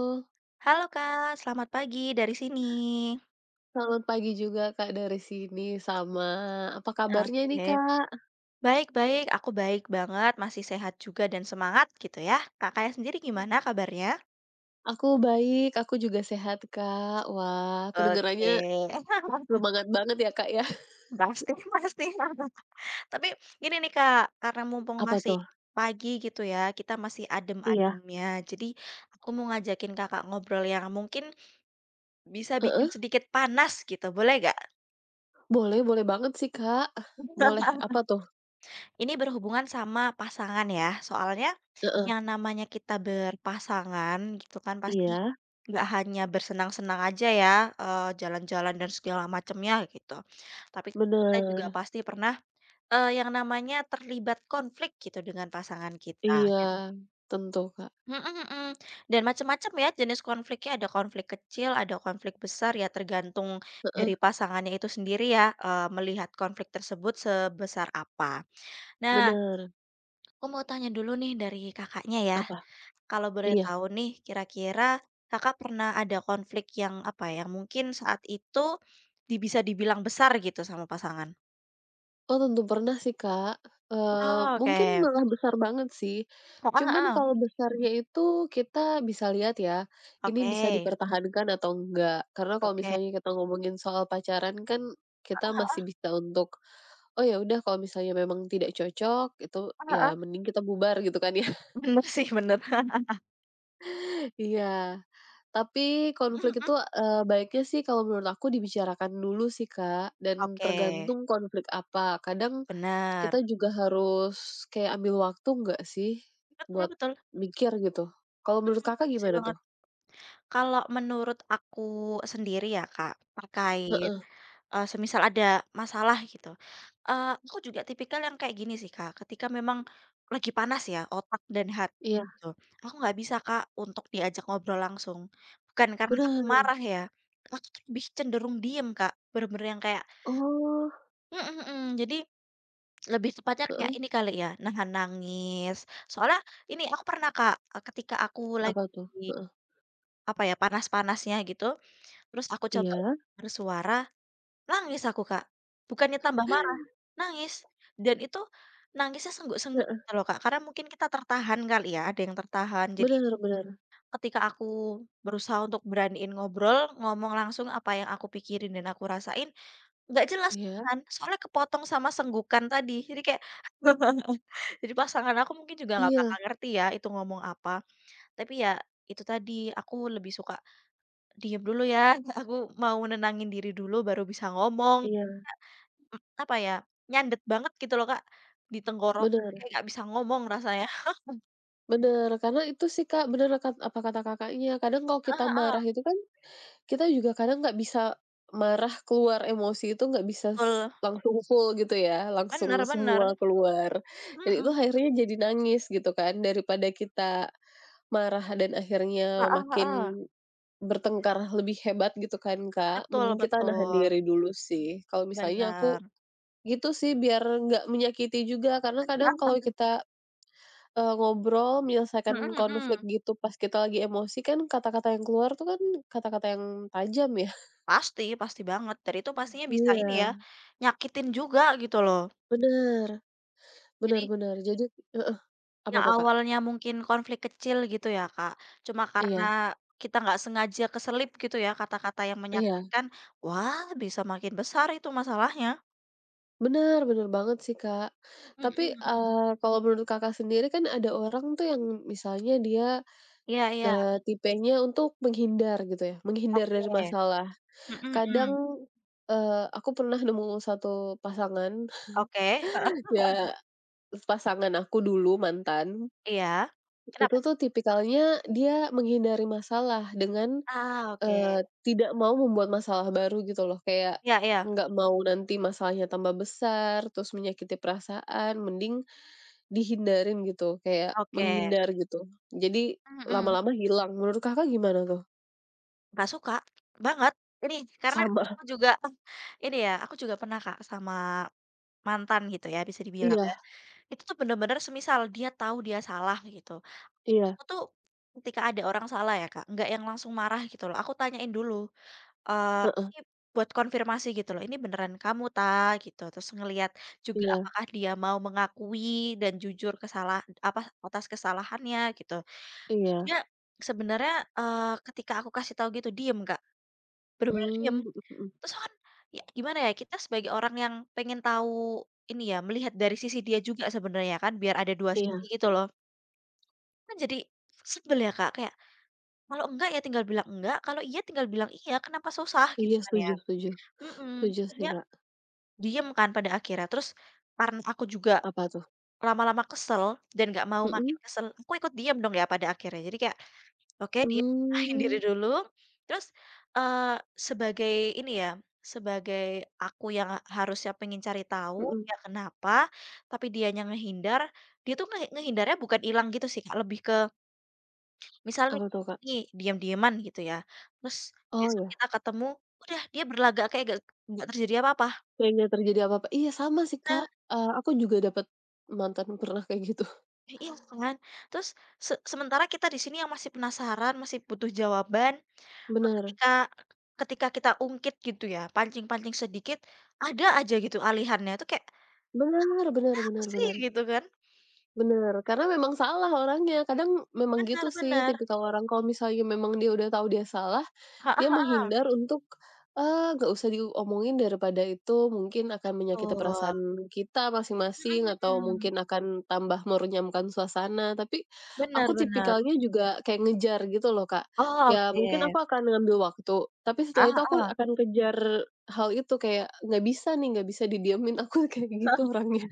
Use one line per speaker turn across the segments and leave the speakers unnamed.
Oh,
Halo Kak, selamat pagi dari sini.
selamat pagi juga Kak, dari sini sama. Apa kabarnya nih
Oke,
Kak?
baik-baik. Aku baik banget, masih sehat juga dan semangat gitu ya. Kakaknya sendiri gimana kabarnya?
Aku baik, aku juga sehat Kak. Wah, kedengarannya
Oke,
semangat banget ya Kak ya.
pasti pasti. Tapi gini nih Kak, karena mumpung
Apa
masih
tuh?
pagi gitu ya, kita masih
Iya.
adem-ademnya. Jadi aku mau ngajakin Kakak ngobrol yang mungkin bisa bikin
Heeh,
sedikit panas gitu, boleh gak?
boleh boleh banget sih Kak. Boleh, apa tuh?
Ini berhubungan sama pasangan ya, soalnya
Heeh.
yang namanya kita berpasangan gitu kan pasti
Iya.
nggak hanya bersenang-senang aja ya, jalan-jalan dan segala macamnya gitu. Tapi kita juga
Bener.
pasti pernah, yang namanya terlibat konflik gitu dengan pasangan kita.
Iya,
Dan
tentu Kak.
mhm mhm, dan macam-macam ya jenis konfliknya, ada konflik kecil, ada konflik besar ya tergantung
Heeh,
dari pasangannya itu sendiri ya, melihat konflik tersebut sebesar apa. Nah,
bener.
aku mau tanya dulu nih dari Kakaknya ya.
Apa?
Kalau boleh
Iya.
tahu nih kira-kira Kakak pernah ada konflik yang apa ya, mungkin saat itu bisa dibilang besar gitu sama pasangan?
Oh, tentu pernah sih, Kak,
Oh,
mungkin
oke.
malah besar banget sih,
Heeh
cuman
heeh.
kalau besarnya itu kita bisa lihat ya, ini
Oke,
bisa dipertahankan atau enggak. Karena kalau
oke.
misalnya kita ngomongin soal pacaran kan kita masih bisa untuk, "Oh, ya udah kalau misalnya memang tidak cocok itu ya
Heeh.
mending kita bubar," gitu kan ya.
Bener sih, bener.
Iya. Tapi
Mhm
konflik itu,
mhm.
baiknya sih kalau menurut aku dibicarakan dulu sih, Kak, dan
Oke,
tergantung konflik apa. Kadang
bener.
kita juga harus kayak ambil waktu nggak sih
Betul
buat
betul.
mikir gitu. Kalau menurut
Mhm,
Kakak
bener
gimana
banget.
tuh?
Kalau menurut aku sendiri ya Kak, terkait,
Heeh,
semisal ada masalah gitu, aku juga tipikal yang kayak gini sih Kak, ketika memang lagi panas ya otak dan hati
iya,
gitu, aku nggak bisa Kak untuk diajak ngobrol langsung. Bukan karena aku
bener.
marah ya, aku tuh lebih cenderung diem Kak, bener-bener yang kayak
Oh,
mhm mhm, jadi lebih tepatnya kayak
heeh,
ini kali ya, nahan nangis. Soalnya ini aku pernah Kak, ketika aku lagi,
apa tuh? Heeh,
apa ya, panas-panasnya gitu. Terus aku coba untuk
iya,
bersuara, nangis aku, Kak. Bukannya tambah marah, nangis. Dan itu nangisnya sengguk-sengguk
heeh,
gitu loh, Kak, karena mungkin kita tertahan kali ya, ada yang tertahan. Jadi
bener bener,
ketika aku berusaha untuk beraniin ngobrol, ngomong langsung apa yang aku pikirin dan aku rasain, nggak jelas
iya
kan, soalnya kepotong sama senggukan tadi. Jadi kayak, jadi pasangan aku mungkin juga nggak
iya
bakal ngerti ya itu ngomong apa. Tapi ya itu tadi, aku lebih suka diam dulu ya, aku mau menenangin diri dulu baru bisa ngomong,
iya,
apa ya, nyandet banget gitu loh, Kak, di tenggorokan kayak
bener
nggak bisa ngomong rasanya.
bener. Karena itu sih, Kak, bener apa kata Kakaknya, kadang kalau kita
Heeh heeh,
marah itu kan kita juga kadang nggak bisa marah, keluar emosi itu nggak bisa
betul,
langsung full gitu ya, langsung
bener bener,
semua keluar. Dan
mhm
itu
mhm,
akhirnya jadi nangis gitu kan, daripada kita marah dan akhirnya
heeh
makin
heeh,
bertengkar lebih hebat gitu kan, Kak,
betul
mending kita nahan
betul,
diri dulu sih. Kalau misalnya aku
bener.
gitu sih biar nggak menyakiti juga, karena kadang kalau kita, ngobrol menyelesaikan
Mhm
konflik
mhm,
gitu pas kita lagi emosi kan kata-kata yang keluar tuh kan kata-kata yang tajam ya.
pasti pasti banget, dari itu pastinya bisa ini
Iya.
ya, nyakitin juga gitu loh.
Bener
Jadi
bener bener jadi heeh, apa
yang
tuh, Kak?
awalnya mungkin konflik kecil gitu ya, Kak, cuma karena
Iya
kita nggak sengaja keselip gitu ya kata-kata yang
iya,
menyakitkan, wah bisa makin besar itu masalahnya.
bener bener banget sih, Kak.
Mhm
Tapi,
mhm.
kalau menurut Kakak sendiri kan ada orang tuh yang misalnya dia,
Iya iya,
tipenya untuk menghindar gitu ya, menghindar dari
oke.
masalah.
Mhm
Kadang,
mhm.
aku pernah nemu satu pasangan,
Oke, heeh.
ya pasangan aku dulu mantan,
Iya.
itu
Kenapa tuh?
tuh tipikalnya dia menghindari masalah dengan
Ah, oke.
Tidak mau membuat masalah baru gitu loh, kayak
Iya iya,
nggak mau nanti masalahnya tambah besar, terus menyakiti perasaan, mending dihindarin gitu, kayak
oke.
menghindar gitu. Jadi
Mhm.
lama-lama hilang. Menurut Kakak gimana tuh?
Nggak suka banget ini karena
Sama.
aku juga ini ya, aku juga pernah, Kak, sama mantan gitu ya bisa dibilang ya,
Iya
itu tuh bener-bener semisal dia tahu dia salah gitu.
iya,
Aku tuh ketika ada orang salah ya, Kak, nggak yang langsung marah gitu loh, aku tanyain dulu,
heeh,
ini buat konfirmasi gitu loh, "Ini beneran kamu, Ta?" Gitu. Terus ngelihat juga
iya
apakah dia mau mengakui dan jujur, apa, atas kesalahannya gitu.
iya.
Dia sebenarnya, ketika aku kasih tahu gitu diem, Kak, bener-bener diem.
Mmm, mhm mhm.
Terus kan ya gimana ya, kita sebagai orang yang pengen tahu ini ya, melihat dari sisi dia juga sebenarnya kan, biar ada 2 sisi
Iya
gitu loh. Kan jadi sebel ya, Kak, kayak, kalau enggak ya tinggal bilang enggak, kalau iya tinggal bilang iya, kenapa susah gitu
iya,
kan ya.
setuju setuju.
Mhm,
Setuju
jadi
sih,
dia
Kak.
diem kan pada akhirnya, terus karena aku juga
Apa tuh?
lama-lama kesel dan nggak mau makin
Mhm?
kesel, aku ikut diem dong ya pada akhirnya. Jadi kayak, oke diem, tenangin diri
Mmm,
dulu, terus, eee, sebagai ini ya, sebagai aku yang harusnya pengen cari tahu
mhm.
dia kenapa, tapi dianya ngehindar, dia tuh ngehindarnya bukan ilang gitu sih Kak, lebih ke. Misalnya
Apa tuh, Kak?
ini diam-diaman gitu ya, terus
Oh,
besok
ya.
kita ketemu, udah dia berlagak kayak gak nggak terjadi apa-apa.
Kayaknya terjadi apa-apa iya sama sih
Benar,
Kak, aku juga dapet mantan pernah kayak gitu.
ya iya kan. Terus sementara kita di sini yang masih penasaran, masih butuh jawaban,
Bener
ketika ketika kita ungkit gitu ya, pancing-pancing sedikit, ada aja gitu alihannya, itu kayak,
bener bener
"Apa
bener
sih?"
bener
Gitu kan.
bener, karena memang salah orangnya, kadang memang gitu sih
Benar-benar.
tipikal orang kalau misalnya memang dia udah tahu dia salah.
Heeh
Dia
heeh,
menghindar untuk, nggak usah diomongin daripada itu mungkin akan menyakiti
betul,
perasaan kita
mhm
masing-masing atau
mhm,
mungkin akan tambah merunyamkan suasana, tapi aku
bener.
tipikalnya juga kayak ngejar gitu loh, Kak.
Oh
Ya
oke.
mungkin aku akan ngambil waktu, tapi
Ah,
setelah itu aku
heeh.
akan kejar hal itu kayak, "Nggak bisa nih, nggak bisa didiemin," aku kayak gitu
Heeh.
orangnya.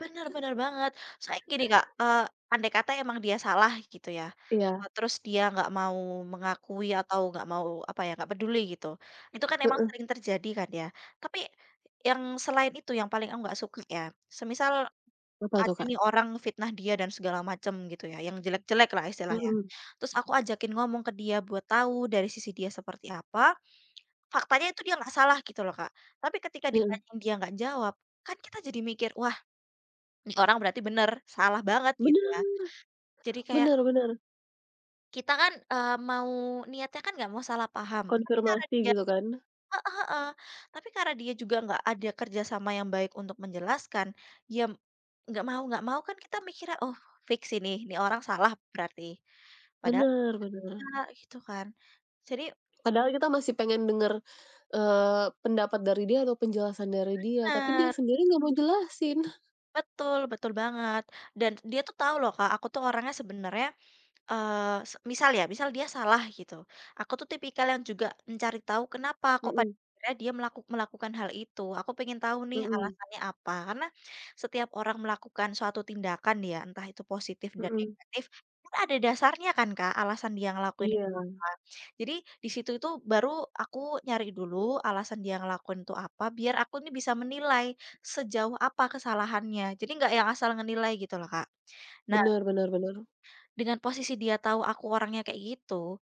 Bener bener banget. Saya gini Kak, andai kata emang dia salah gitu ya,
Iya,
terus dia nggak mau mengakui atau nggak mau, apa ya, nggak peduli gitu. Itu kan emang
heeh.
sering terjadi kan ya. Tapi yang selain itu yang paling aku nggak suka ya, semisal
Apa tuh,
ada
Kak?
nih orang fitnah dia dan segala macem gitu ya, yang jelek-jelek lah istilahnya.
Mhm,
Terus aku ajakin ngomong ke dia buat tahu dari sisi dia seperti apa, faktanya itu dia nggak salah gitu loh Kak. Tapi ketika
mhm.
ditanyain dia nggak jawab, kan kita jadi mikir, "Wah, nih orang berarti bener, salah banget gitu ya."
Bener
Jadi kayak
bener bener,
kita kan, mau niatnya kan nggak mau salah paham, tapi karena
konfirmasi
dia,
gitu kan.
heeh heeh, tapi karena dia juga nggak ada kerja sama yang baik untuk menjelaskan, ya nggak mau kan kita mikirnya, "Oh fix ini orang salah berarti." Padahal
Bener bener.
enggak gitu kan. Jadi
Padahal kita masih pengen denger, pendapat dari dia atau penjelasan dari dia, tapi dia
bener,
sendiri nggak mau jelasin.
betul betul banget dan dia tuh tahu loh Kak, aku tuh orangnya sebenarnya. Misal dia salah gitu, aku tuh tipikal yang juga mencari tahu kenapa kok pada
Mhm
akhirnya dia melakukan hal itu. Aku pengen tahu nih
mhm
alasannya apa, karena setiap orang melakukan suatu tindakan ya, entah itu positif dan
mhm.
negatif, kan ada dasarnya kan, Kak, alasan dia ngelakuin itu
Iya,
apa. Jadi di situ itu baru aku nyari dulu alasan dia ngelakuin itu apa, biar aku nih bisa menilai sejauh apa kesalahannya. Jadi nggak yang asal ngenilai gitu loh, Kak. Nah,
bener bener bener
dengan posisi dia tahu aku orangnya kayak gitu,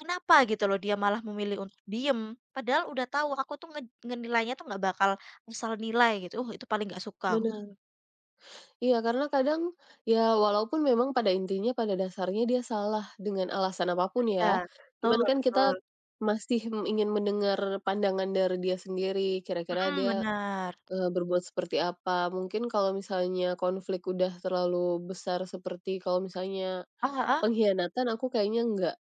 kenapa gitu loh dia malah memilih untuk diem, padahal udah tahu aku tuh ngenilainya tuh nggak bakal asal nilai gitu, itu paling nggak suka," aku.
bener. Iya, karena kadang, ya walaupun memang pada intinya, pada dasarnya dia salah dengan alasan apa pun
Iya,
ya, cuman
betul
kan kita
betul,
masih ingin mendengar pandangan dari dia sendiri, kira-kira
mhm,
dia,
bener.
berbuat seperti apa. Mungkin kalau misalnya konflik udah terlalu besar seperti kalau misalnya
Ah hah,
pengkhianatan aku kayaknya enggak.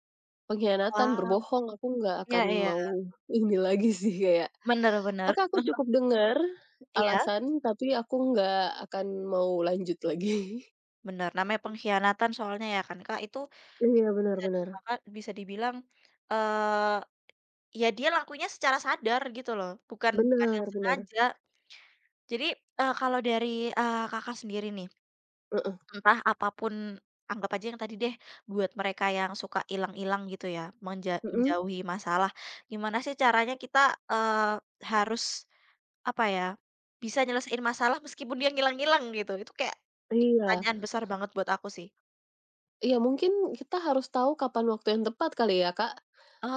Pengkhianatan,
wah,
berbohong, aku nggak
iya
akan
iya,
mau ini lagi sih kayak,
benar, benar.
oke aku cukup dengar
Iya,
alasan, tapi aku nggak akan mau lanjut lagi.
benar. Namanya pengkhianatan soalnya ya kan, Kak, itu
Iya, benar
bisa
benar.
bisa dibilang, eee, ya dia lakunya secara sadar gitu loh, bukan bukan yang
Benar benar.
sengaja. Jadi, kalau dari, Kakak sendiri nih,
Heeh.
entah apapun anggap aja yang tadi deh, buat mereka yang suka ilang-ilang gitu ya,
Mhm,
menjauhi masalah. Gimana sih caranya kita, eee, harus, apa ya, bisa nyelesain masalah meskipun dia ngilang-ngilang gitu, itu kayak
iya.
pertanyaan besar banget buat aku sih.
Iya mungkin kita harus tahu kapan waktu yang tepat kali ya, Kak?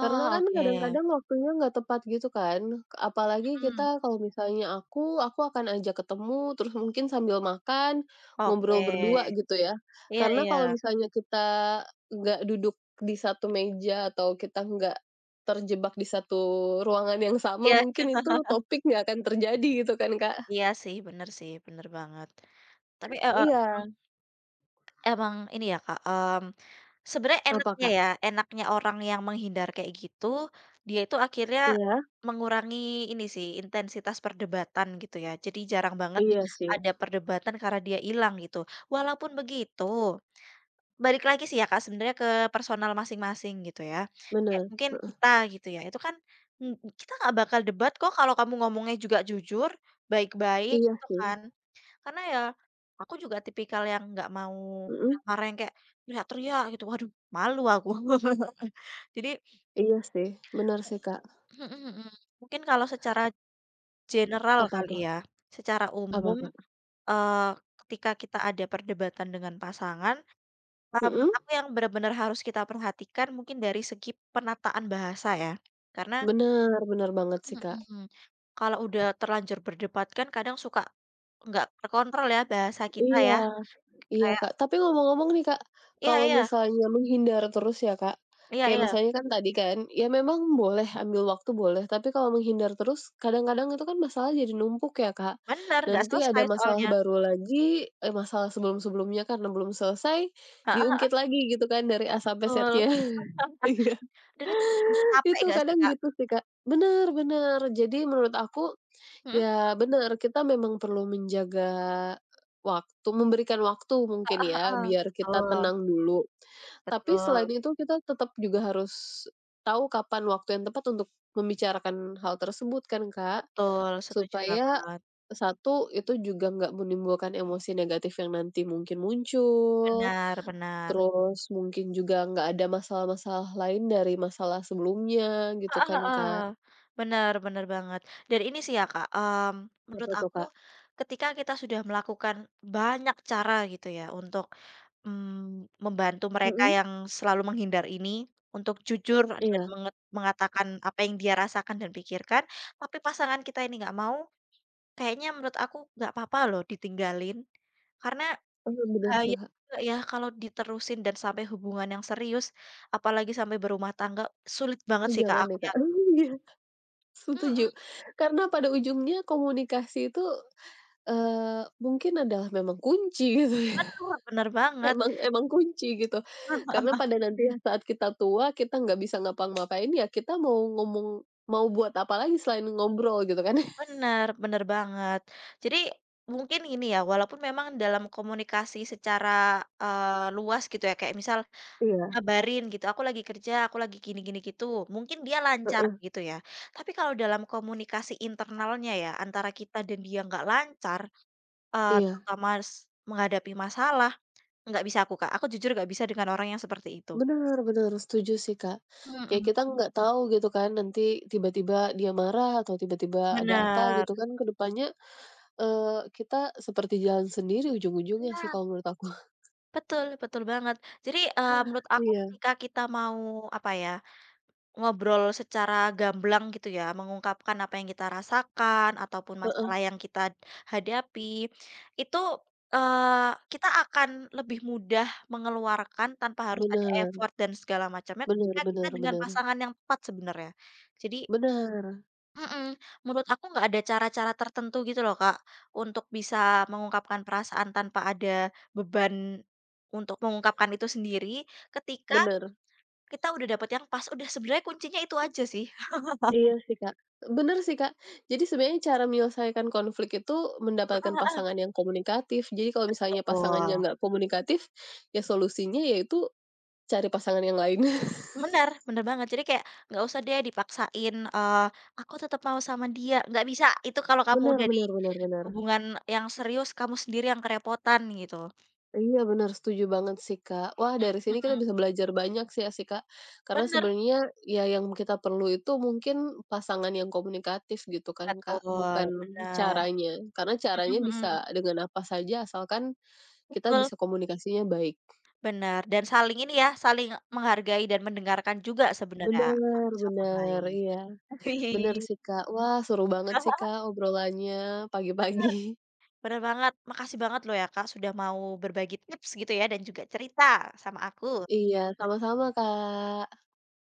Karena kan
oke,
kadang-kadang waktunya nggak tepat gitu kan. Apalagi kita
mhm,
kalau misalnya aku akan ajak ketemu, terus mungkin sambil makan, ngobrol
oke.
berdua gitu ya.
Iya
Karena kalau
iya.
misalnya kita nggak duduk di satu meja atau kita nggak terjebak di satu ruangan yang sama,
Iya
mungkin itu topik nggak akan terjadi gitu kan, Kak?
iya sih, bener banget. Tapi heeh,
Iya.
emang. Ini ya, Kak, sebenarnya
Apa,
enaknya
Kak?
ya, enaknya orang yang menghindar kayak gitu, dia itu akhirnya
Iya?
mengurangi ini sih, intensitas perdebatan gitu ya. Jadi jarang banget
Iya sih,
ada perdebatan karena dia hilang gitu. Walaupun begitu, balik lagi sih ya, Kak, sebenarnya ke personal masing-masing gitu ya. Kayak
benar.
mungkin kita gitu ya, itu kan, ng kita nggak bakal debat kok kalau kamu ngomongnya juga jujur, baik-baik
Iya
gitu
sih,
kan. Karena ya, aku juga tipikal yang nggak mau
mhm.
marah-marah yang kayak teriak-teriak gitu, waduh malu aku. Jadi
Iya sih, bener sih, Kak.
mhm mhm, mungkin kalau secara general
Apa
kali
tuh?
ya, secara
Apa,
umum,
Kak?
eee, ketika kita ada perdebatan dengan pasangan, menurut
Mhm?
aku yang benar-benar harus kita perhatikan mungkin dari segi penataan bahasa ya. Karena
Bener bener banget sih, Kak.
mhm, kalau udah terlanjur berdebat kan kadang suka nggak terkontrol ya bahasa kita
Iya
ya,
iya,
kayak
Kak. Tapi ngomong-ngomong nih, Kak,
iya
kalau
iya,
misalnya menghindar terus ya, Kak,
iya
kayak
iya.
misalnya kan tadi kan, ya memang boleh ambil waktu boleh, tapi kalau menghindar terus kadang-kadang itu kan masalah jadi numpuk ya, Kak.
Bener, nggak
Nanti ada
selesai
masalah
soalnya.
baru lagi, masalah sebelum-sebelumnya karena belum selesai,
Heeh,
diungkit lagi gitu kan dari A sampai
betul.
Z-nya. Iya,
Dan itu bikin capek
itu
nggak sih,
kadang
Kak?
gitu sih, Kak. Bener bener. Jadi menurut aku
Mhm,
ya benar kita memang perlu menjaga waktu, memberikan waktu mungkin
heeh
ya,
heeh.
biar kita tenang dulu.
Betul
Tapi selain
betul
itu kita tetap juga harus tahu kapan waktu yang tepat untuk membicarakan hal tersebut kan, Kak.
betul, setuju
Supaya,
banget.
satu itu juga nggak menimbulkan emosi negatif yang nanti mungkin muncul,
Benar benar.
terus mungkin juga nggak ada masalah-masalah lain dari masalah sebelumnya gitu
Heeh
kan,
heeh.
Kak.
Benar bener banget. Dan ini sih ya, Kak, menurut
Apa tuh,
aku
Kak?
ketika kita sudah melakukan banyak cara gitu ya untuk, mmm, membantu mereka
Mhm,
yang selalu menghindar ini untuk jujur dan
iya.
mengatakan apa yang dia rasakan dan pikirkan, tapi pasangan kita ini nggak mau. Kayaknya menurut aku nggak apa-apa loh ditinggalin, karena
Mmm, bener sih,
bahaya
Kak.
juga ya kalau diterusin dan sampai hubungan yang serius, apalagi sampai berumah tangga, sulit banget
Oh,
sih Kak
jangan
aku
deh,
ya,
Kak. Iya, setuju.
mhm,
Karena pada ujungnya komunikasi itu, mungkin adalah memang kunci gitu ya,
bener bener banget.
emang emang kunci gitu. Karena pada nanti saat kita tua, kita nggak bisa ngapa-ngapain, ya kita mau ngomong mau buat apa lagi selain ngobrol gitu kan.
Bener bener banget. Jadi mungkin ini ya, walaupun memang dalam komunikasi secara, luas gitu ya, kayak misal
Iya,
ngabarin gitu, "Aku lagi kerja, aku lagi gini gini," gitu, mungkin dia lancar
heeh,
gitu ya. Tapi kalau dalam komunikasi internalnya ya, antara kita dan dia nggak lancar,
iya.
terutama menghadapi masalah, nggak bisa aku, Kak. Aku jujur nggak bisa dengan orang yang seperti itu.
Benar-benar setuju sih, Kak. Kayak
Mhm.
kita nggak tahu gitu kan nanti tiba-tiba dia marah atau tiba-tiba ada apa
Bener.
gitu kan ke depannya. Kita seperti jalan sendiri ujung-ujungnya sih
Nah,
kalau menurut aku.
betul betul banget. Jadi, menurut aku
Iya,
ketika kita mau, apa ya, ngobrol secara gamblang gitu ya, mengungkapkan apa yang kita rasakan ataupun
heeh,
masalah yang kita hadapi, itu, kita akan lebih mudah mengeluarkan tanpa harus ada
bener
effort dan segala macamnya
bener
ketika kita
bener
dengan
bener
pasangan yang tepat sebenarnya. Jadi
bener
Mhm, menurut aku nggak ada cara-cara tertentu gitu loh, Kak, untuk bisa mengungkapkan perasaan tanpa ada beban untuk mengungkapkan itu sendiri, ketika
bener,
kita udah dapet yang pas, udah sebenarnya kuncinya itu aja sih.
iya sih, Kak, bener sih, Kak. Jadi sebenarnya cara menyelesaikan konflik itu mendapatkan pasangan yang komunikatif. Jadi kalau misalnya pasangannya
Betul.
nggak komunikatif, ya solusinya yaitu cari pasangan yang lain.
Benar benar banget, jadi kayak nggak usah deh dipaksain, "Aku tetap mau sama dia," nggak bisa, itu kalau kamu
Bener
udah di
bener bener bener.
hubungan yang serius, kamu sendiri yang kerepotan gitu.
Iya benar, setuju banget sih, Kak. Wah, dari sini
Mhm,
kita bisa belajar banyak sih ya sih, Kak. Karena
bener,
sebenarnya ya yang kita perlu itu mungkin pasangan yang komunikatif gitu kan, Kak,
betul,
bukan
bener.
caranya. Karena
Mhm
caranya
mhm,
bisa dengan apa saja asalkan kita
betul.
bisa komunikasinya baik.
Benar dan saling ini ya, saling menghargai dan mendengarkan juga sebenarnya
Benar
satu sama
benar,
lain.
iya. Benar
Wih,
sih, Kak. Wah, seru banget sih, Kak, obrolannya pagi-pagi.
benar, benar banget. Makasih banget loh ya Kak, sudah mau berbagi tips gitu ya dan juga cerita sama aku.
Iya, sama-sama, Kak.